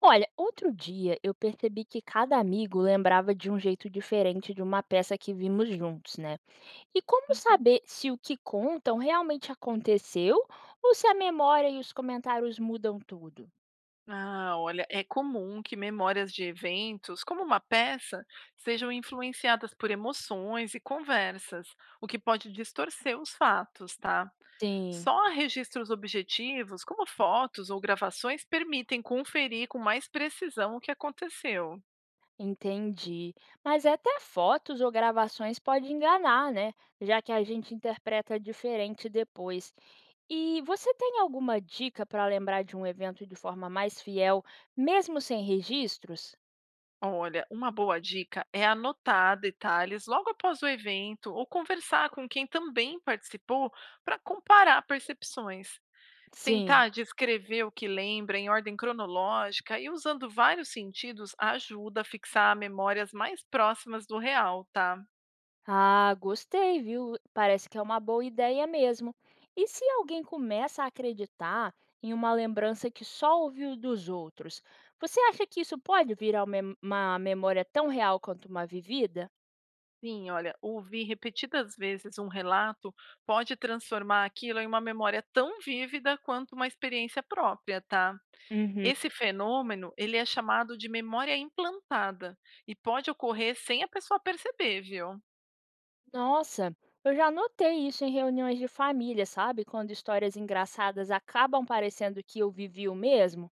Olha, outro dia eu percebi que cada amigo lembrava de um jeito diferente de uma peça que vimos juntos, né? E como Uhum. saber se o que contam realmente aconteceu ou se a memória e os comentários mudam tudo? Ah, olha, é comum que memórias de eventos, como uma peça, sejam influenciadas por emoções e conversas, o que pode distorcer os fatos, tá? Sim, Só registros objetivos, como fotos ou gravações, permitem conferir com mais precisão o que aconteceu. entendi. Mas até fotos ou gravações pode enganar, né? Já que a gente interpreta diferente depois. E você tem alguma dica para lembrar de um evento de forma mais fiel, mesmo sem registros? Olha, uma boa dica é anotar detalhes logo após o evento ou conversar com quem também participou para comparar percepções. Sim. Tentar descrever o que lembra em ordem cronológica e usando vários sentidos ajuda a fixar memórias mais próximas do real, tá? Ah, gostei, viu? Parece que é uma boa ideia mesmo. E se alguém começa a acreditar em uma lembrança que só ouviu dos outros, você acha que isso pode virar uma memória tão real quanto uma vivida? Sim, olha, ouvir repetidas vezes um relato pode transformar aquilo em uma memória tão vívida quanto uma experiência própria, tá? Esse Uhum. fenômeno, ele é chamado de memória implantada e pode ocorrer sem a pessoa perceber, viu? Nossa, eu já notei isso em reuniões de família, sabe? Quando histórias engraçadas acabam parecendo que eu vivi o mesmo.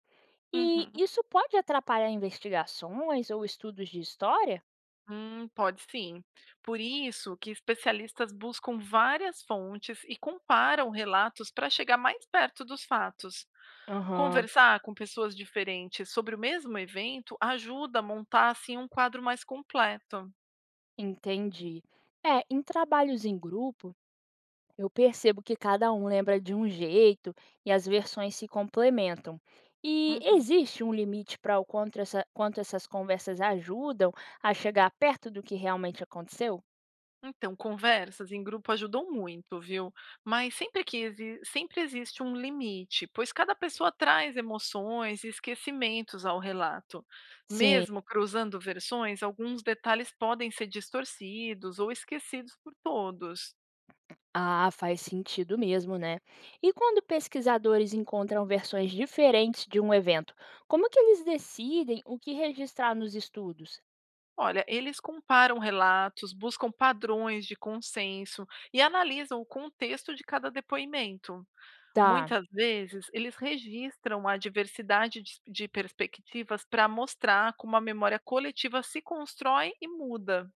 E Uhum. isso pode atrapalhar investigações ou estudos de história? Pode sim. Por isso que especialistas buscam várias fontes e comparam relatos para chegar mais perto dos fatos. Aham. Conversar com pessoas diferentes sobre o mesmo evento ajuda a montar assim um quadro mais completo. Entendi. É, em trabalhos em grupo, eu percebo que cada um lembra de um jeito e as versões se complementam. E Uhum. existe um limite para o quanto, quanto essas conversas ajudam a chegar perto do que realmente aconteceu? Então, conversas em grupo ajudam muito, viu? Mas sempre existe um limite, pois cada pessoa traz emoções e esquecimentos ao relato. Sim. Mesmo cruzando versões, alguns detalhes podem ser distorcidos ou esquecidos por todos. Ah, faz sentido mesmo, né? E quando pesquisadores encontram versões diferentes de um evento, como que eles decidem o que registrar nos estudos? Olha, eles comparam relatos, buscam padrões de consenso e analisam o contexto de cada depoimento. Tá. Muitas vezes, eles registram a diversidade de perspectivas para mostrar como a memória coletiva se constrói e muda.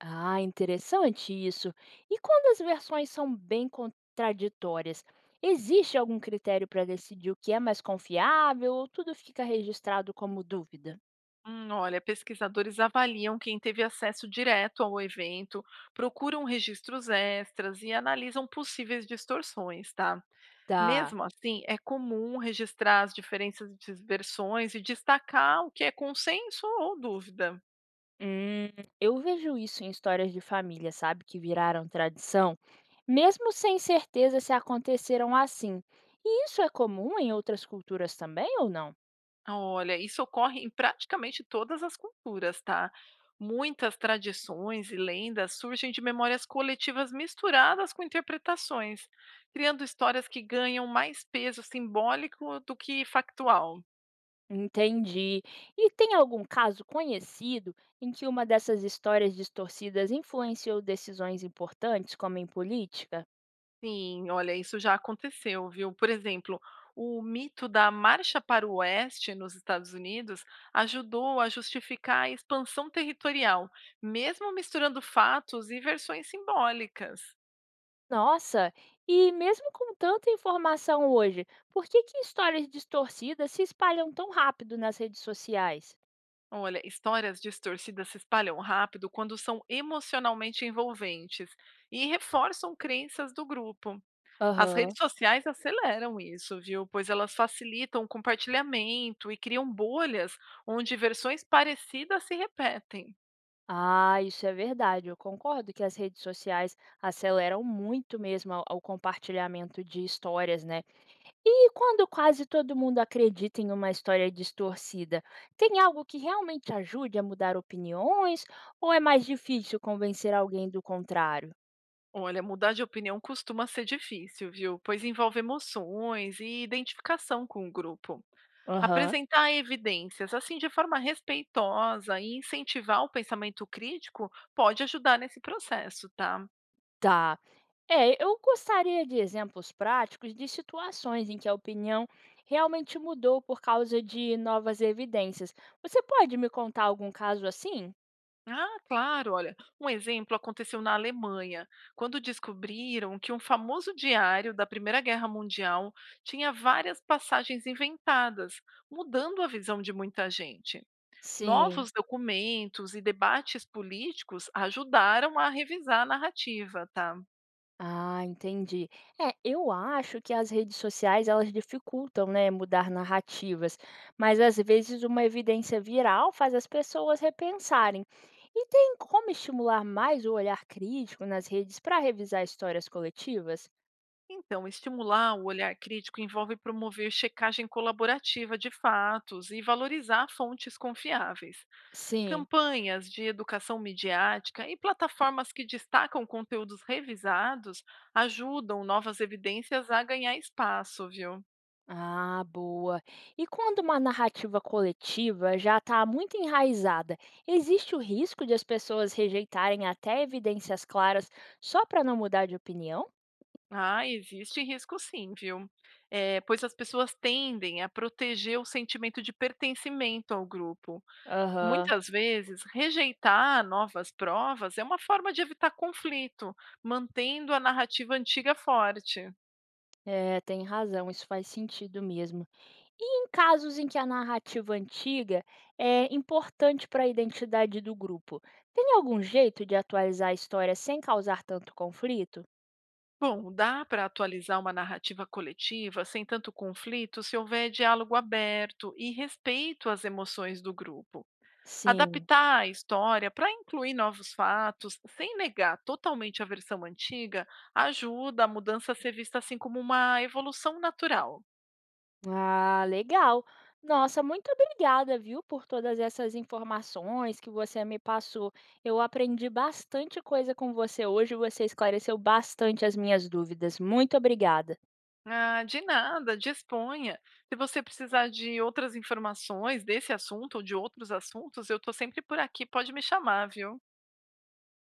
Ah, interessante isso. E quando as versões são bem contraditórias, existe algum critério para decidir o que é mais confiável ou tudo fica registrado como dúvida? Olha, pesquisadores avaliam quem teve acesso direto ao evento, procuram registros extras e analisam possíveis distorções, tá? Tá. Mesmo assim, é comum registrar as diferenças de versões e destacar o que é consenso ou dúvida. Hum, eu vejo isso em histórias de família, sabe, que viraram tradição, mesmo sem certeza se aconteceram assim. E isso é comum em outras culturas também ou não? Olha, isso ocorre em praticamente todas as culturas, tá? Muitas tradições e lendas surgem de memórias coletivas misturadas com interpretações, criando histórias que ganham mais peso simbólico do que factual. Entendi. E tem algum caso conhecido em que uma dessas histórias distorcidas influenciou decisões importantes, como em política? Sim, olha, isso já aconteceu, viu? Por exemplo, o mito da Marcha para o Oeste nos Estados Unidos ajudou a justificar a expansão territorial, mesmo misturando fatos e versões simbólicas. Nossa, e mesmo com tanta informação hoje, por que que histórias distorcidas se espalham tão rápido nas redes sociais? Olha, histórias distorcidas se espalham rápido quando são emocionalmente envolventes e reforçam crenças do grupo. As redes Aham. sociais aceleram isso, viu? Pois elas facilitam o compartilhamento e criam bolhas onde versões parecidas se repetem. Ah, isso é verdade. Eu concordo que as redes sociais aceleram muito mesmo ao compartilhamento de histórias, né? E quando quase todo mundo acredita em uma história distorcida, tem algo que realmente ajude a mudar opiniões ou é mais difícil convencer alguém do contrário? Olha, mudar de opinião costuma ser difícil, viu? Pois envolve emoções e identificação com o grupo. Aham. Apresentar evidências, assim, de forma respeitosa e incentivar o pensamento crítico pode ajudar nesse processo, tá? Tá. É, eu gostaria de exemplos práticos de situações em que a opinião realmente mudou por causa de novas evidências. Você pode me contar algum caso assim? Ah, claro, olha, um exemplo aconteceu na Alemanha, quando descobriram que um famoso diário da Primeira Guerra Mundial tinha várias passagens inventadas, mudando a visão de muita gente. Sim. Novos documentos e debates políticos ajudaram a revisar a narrativa, tá? Ah, entendi. É, eu acho que as redes sociais elas dificultam, né, mudar narrativas, mas às vezes uma evidência viral faz as pessoas repensarem. E tem como estimular mais o olhar crítico nas redes para revisar histórias coletivas? Então, estimular o olhar crítico envolve promover checagem colaborativa de fatos e valorizar fontes confiáveis, Sim. campanhas de educação midiática e plataformas que destacam conteúdos revisados ajudam novas evidências a ganhar espaço, viu? Ah, boa. E quando uma narrativa coletiva já está muito enraizada, existe o risco de as pessoas rejeitarem até evidências claras só para não mudar de opinião? Ah, existe risco sim, viu? Pois as pessoas tendem a proteger o sentimento de pertencimento ao grupo. Aham. Muitas vezes, rejeitar novas provas é uma forma de evitar conflito, mantendo a narrativa antiga forte. É, tem razão, isso faz sentido mesmo. E em casos em que a narrativa antiga é importante para a identidade do grupo, tem algum jeito de atualizar a história sem causar tanto conflito? Bom, dá para atualizar uma narrativa coletiva sem tanto conflito se houver diálogo aberto e respeito às emoções do grupo. Sim. Adaptar a história para incluir novos fatos, sem negar totalmente a versão antiga, ajuda a mudança a ser vista assim como uma evolução natural. Ah, legal. Nossa, muito obrigada, viu, por todas essas informações que você me passou. Eu aprendi bastante coisa com você hoje, você esclareceu bastante as minhas dúvidas. Muito obrigada. Ah, de nada, disponha. Se você precisar de outras informações desse assunto ou de outros assuntos, eu estou sempre por aqui, pode me chamar, viu?